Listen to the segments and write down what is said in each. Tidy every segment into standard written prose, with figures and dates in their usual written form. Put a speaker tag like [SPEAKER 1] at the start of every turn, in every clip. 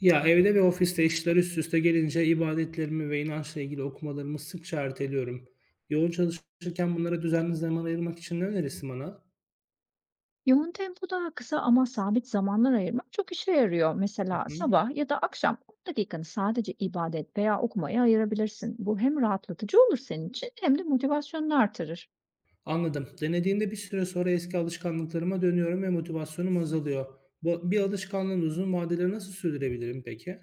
[SPEAKER 1] Ya, evde ve ofiste işler üst üste gelince ibadetlerimi ve inançla ilgili okumalarımı sıkça erteliyorum. Yoğun çalışırken bunlara düzenli zaman ayırmak için ne önerirsin bana?
[SPEAKER 2] Yoğun tempoda kısa ama sabit zamanlar ayırmak çok işe yarıyor.
[SPEAKER 1] Hı
[SPEAKER 2] Mesela
[SPEAKER 1] hı.
[SPEAKER 2] sabah ya da akşam 10 dakikanı sadece ibadet veya okumaya ayırabilirsin. Bu hem rahatlatıcı olur senin için hem de motivasyonunu artırır.
[SPEAKER 1] Anladım. Denediğimde bir süre sonra eski alışkanlıklarıma dönüyorum ve motivasyonum azalıyor. Bu bir alışkanlığın uzun vadede nasıl sürdürebilirim peki?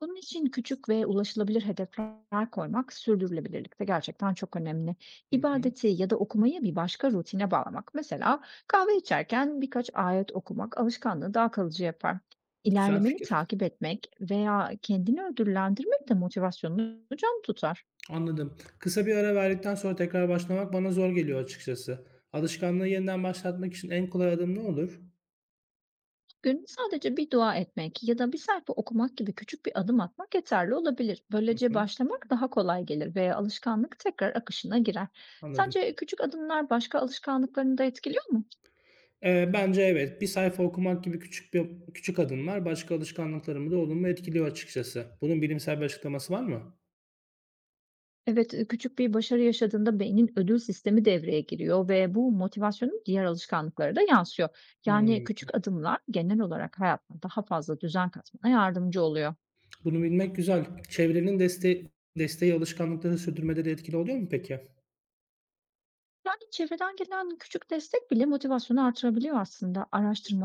[SPEAKER 2] Bunun için küçük ve ulaşılabilir hedefler koymak sürdürülebilirlikte gerçekten çok önemli.
[SPEAKER 1] Hı hı.
[SPEAKER 2] İbadeti ya da okumayı bir başka rutine bağlamak. Mesela kahve içerken birkaç ayet okumak alışkanlığı daha kalıcı yapar.
[SPEAKER 1] Güzel
[SPEAKER 2] İlerlemeni
[SPEAKER 1] fikir.
[SPEAKER 2] takip etmek veya kendini ödüllendirmek de motivasyonunu can tutar.
[SPEAKER 1] Anladım. Kısa bir ara verdikten sonra tekrar başlamak bana zor geliyor açıkçası. Alışkanlığı yeniden başlatmak için en kolay adım ne olur?
[SPEAKER 2] Günde sadece bir dua etmek ya da bir sayfa okumak gibi küçük bir adım atmak yeterli olabilir.
[SPEAKER 1] Hı
[SPEAKER 2] Böylece
[SPEAKER 1] hı.
[SPEAKER 2] başlamak daha kolay gelir ve alışkanlık tekrar akışına girer.
[SPEAKER 1] Anladım.
[SPEAKER 2] Sence küçük adımlar başka alışkanlıklarını da etkiliyor mu?
[SPEAKER 1] Bence evet. Bir sayfa okumak gibi küçük adımlar başka alışkanlıklarımı da olumlu etkiliyor açıkçası. Bunun bilimsel bir açıklaması var mı?
[SPEAKER 2] Evet, küçük bir başarı yaşadığında beynin ödül sistemi devreye giriyor ve bu motivasyonun diğer alışkanlıklara da yansıyor. Yani
[SPEAKER 1] Hımm.
[SPEAKER 2] küçük adımlar genel olarak hayatına daha fazla düzen katmana yardımcı oluyor.
[SPEAKER 1] Bunu bilmek güzel. Çevrenin deste Desteği alışkanlıkları sürdürmede de etkili oluyor mu peki?
[SPEAKER 2] Yani çevreden gelen küçük destek bile motivasyonu artırabiliyor aslında.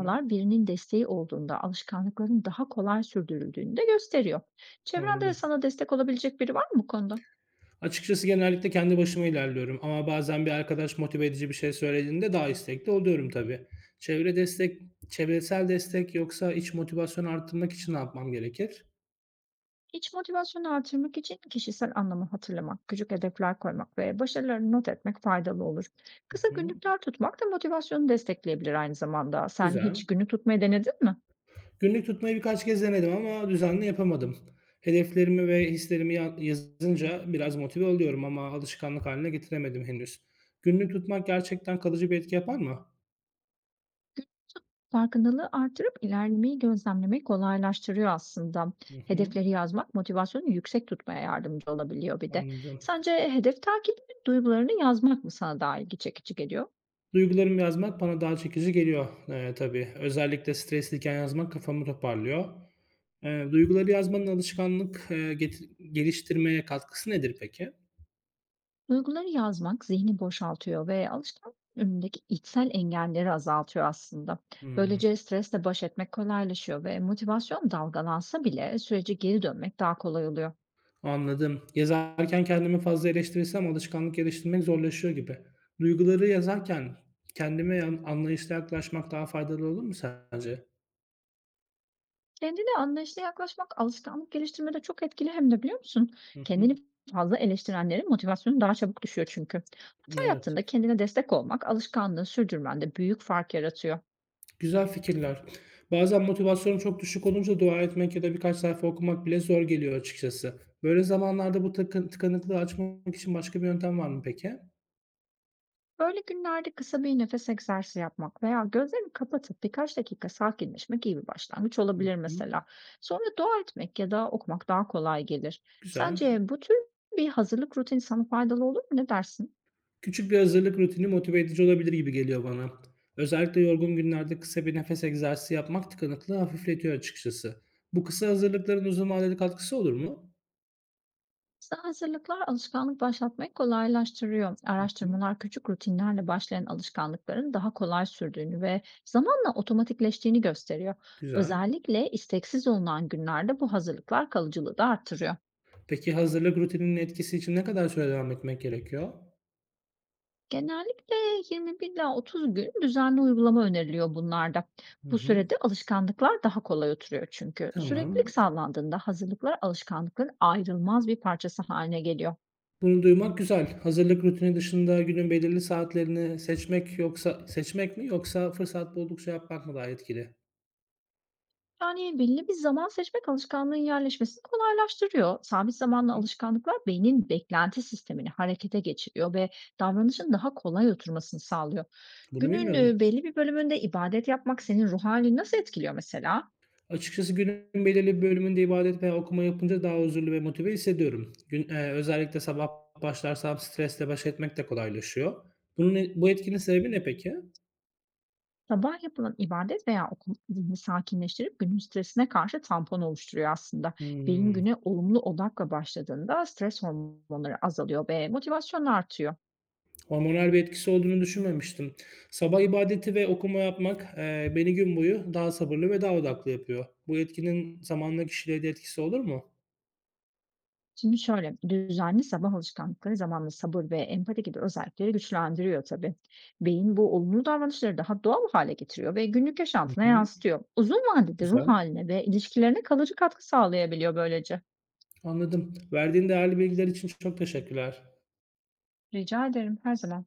[SPEAKER 1] Hı,
[SPEAKER 2] birinin desteği olduğunda, alışkanlıkların daha kolay sürdürüldüğünü de gösteriyor. Çevrende
[SPEAKER 1] anladım.
[SPEAKER 2] sana destek olabilecek biri var mı bu konuda?
[SPEAKER 1] Açıkçası genellikle kendi başıma ilerliyorum ama bazen bir arkadaş motive edici bir şey söylediğinde daha istekli oluyorum tabii. Çevre destek Çevresel destek yoksa iç motivasyon arttırmak için ne yapmam gerekir?
[SPEAKER 2] İç motivasyonu artırmak için kişisel anlamı hatırlamak, küçük hedefler koymak ve başarılarını not etmek faydalı olur.
[SPEAKER 1] Hı
[SPEAKER 2] Kısa
[SPEAKER 1] hı.
[SPEAKER 2] günlükler tutmak da motivasyonu destekleyebilir aynı zamanda. Sen
[SPEAKER 1] Güzel.
[SPEAKER 2] hiç günü tutmayı denedin mi?
[SPEAKER 1] Günlük tutmayı birkaç kez denedim ama düzenli yapamadım. Hedeflerimi ve hislerimi yazınca biraz motive oluyorum ama alışkanlık haline getiremedim henüz. Günlük tutmak gerçekten kalıcı bir etki yapar mı?
[SPEAKER 2] Farkındalığı artırıp ilerlemeyi gözlemlemek kolaylaştırıyor aslında.
[SPEAKER 1] Hı hı,
[SPEAKER 2] Hedefleri yazmak motivasyonu yüksek tutmaya yardımcı olabiliyor bir de.
[SPEAKER 1] anladım.
[SPEAKER 2] Sence hedef takibi duygularını yazmak mı sana daha ilgi çekici geliyor?
[SPEAKER 1] Duygularımı yazmak bana daha çekici geliyor tabii. Özellikle stresliyken yazmak kafamı toparlıyor. Duyguları yazmanın alışkanlık geliştirmeye katkısı nedir peki?
[SPEAKER 2] Duyguları yazmak zihni boşaltıyor ve alışkanlık önündeki içsel engelleri azaltıyor aslında.
[SPEAKER 1] Hı.
[SPEAKER 2] Böylece stresle baş etmek kolaylaşıyor ve motivasyon dalgalansa bile sürece geri dönmek daha kolay oluyor.
[SPEAKER 1] Anladım. Yazarken kendimi fazla eleştirirsem alışkanlık geliştirmek zorlaşıyor gibi. Duyguları yazarken kendime anlayışla yaklaşmak daha faydalı olur mu sence?
[SPEAKER 2] Kendine anlayışla yaklaşmak alışkanlık geliştirmede çok etkili hem de biliyor musun?
[SPEAKER 1] Hı hı.
[SPEAKER 2] Kendini fazla eleştirenlerin motivasyonu daha çabuk düşüyor çünkü. Hata
[SPEAKER 1] Evet.
[SPEAKER 2] yaptığında kendine destek olmak alışkanlığı sürdürmende büyük fark yaratıyor.
[SPEAKER 1] Güzel fikirler. Bazen motivasyonum çok düşük olunca dua etmek ya da birkaç sayfa okumak bile zor geliyor açıkçası. Böyle zamanlarda bu tıkanıklığı açmak için başka bir yöntem var mı peki?
[SPEAKER 2] Böyle günlerde kısa bir nefes egzersizi yapmak veya gözlerini kapatıp birkaç dakika sakinleşmek iyi bir başlangıç olabilir
[SPEAKER 1] Hı,
[SPEAKER 2] mesela. Sonra dua etmek ya da okumak daha kolay gelir.
[SPEAKER 1] güzel.
[SPEAKER 2] Sence bu tür bir hazırlık rutini sana faydalı olur mu? Ne dersin?
[SPEAKER 1] Küçük bir hazırlık rutini motive edici olabilir gibi geliyor bana. Özellikle yorgun günlerde kısa bir nefes egzersizi yapmak tıkanıklığı hafifletiyor açıkçası. Bu kısa hazırlıkların uzun vadeli katkısı olur mu?
[SPEAKER 2] Kısa hazırlıklar alışkanlık başlatmayı kolaylaştırıyor.
[SPEAKER 1] Hı hı,
[SPEAKER 2] Araştırmalar küçük rutinlerle başlayan alışkanlıkların daha kolay sürdüğünü ve zamanla otomatikleştiğini gösteriyor.
[SPEAKER 1] güzel.
[SPEAKER 2] Özellikle isteksiz olunan günlerde bu hazırlıklar kalıcılığı da arttırıyor.
[SPEAKER 1] Peki hazırlık rutininin etkisi için ne kadar süre devam etmek gerekiyor?
[SPEAKER 2] Genellikle 21 ila 30 gün düzenli uygulama öneriliyor bunlarda.
[SPEAKER 1] Hı
[SPEAKER 2] Bu
[SPEAKER 1] hı,
[SPEAKER 2] sürede alışkanlıklar daha kolay oturuyor çünkü. Süreklilik
[SPEAKER 1] tamam.
[SPEAKER 2] sağlandığında hazırlıklar alışkanlıkların ayrılmaz bir parçası haline geliyor.
[SPEAKER 1] Bunu duymak güzel. Hazırlık rutini dışında günün belirli saatlerini seçmek mi yoksa fırsat buldukça yapmak mı daha etkili?
[SPEAKER 2] Yani belli bir zaman seçmek alışkanlığın yerleşmesini kolaylaştırıyor. Sabit zamanlı
[SPEAKER 1] Hı,
[SPEAKER 2] alışkanlıklar beynin beklenti sistemini harekete geçiriyor ve davranışın daha kolay oturmasını sağlıyor.
[SPEAKER 1] bunu
[SPEAKER 2] Günün
[SPEAKER 1] bilmiyordum.
[SPEAKER 2] belli bir bölümünde ibadet yapmak senin ruh halini nasıl etkiliyor mesela?
[SPEAKER 1] Açıkçası günün belirli bir bölümünde ibadet veya okuma yapınca daha huzurlu ve motive hissediyorum. Özellikle sabah başlarsam stresle baş etmek de kolaylaşıyor. Bu etkinin sebebi ne peki?
[SPEAKER 2] Sabah yapılan ibadet veya okuma zihni sakinleştirip günün stresine karşı tampon oluşturuyor aslında. Beyin
[SPEAKER 1] Hımm.
[SPEAKER 2] güne olumlu odakla başladığında stres hormonları azalıyor ve motivasyonu artıyor.
[SPEAKER 1] Hormonal bir etkisi olduğunu düşünmemiştim. Sabah ibadeti ve okuma yapmak, beni gün boyu daha sabırlı ve daha odaklı yapıyor. Bu etkinin zamanla kişiliğe de etkisi olur mu?
[SPEAKER 2] Şimdi şöyle, düzenli sabah alışkanlıkları zamanla sabır ve empati gibi özellikleri güçlendiriyor tabii. Beyin bu olumlu davranışları daha doğal hale getiriyor ve günlük
[SPEAKER 1] Hı
[SPEAKER 2] yaşantına
[SPEAKER 1] hı.
[SPEAKER 2] yansıtıyor. Uzun vadede ruh
[SPEAKER 1] Güzel.
[SPEAKER 2] haline ve ilişkilerine kalıcı katkı sağlayabiliyor böylece.
[SPEAKER 1] Anladım. Verdiğin değerli bilgiler için çok teşekkürler.
[SPEAKER 2] Rica ederim her zaman.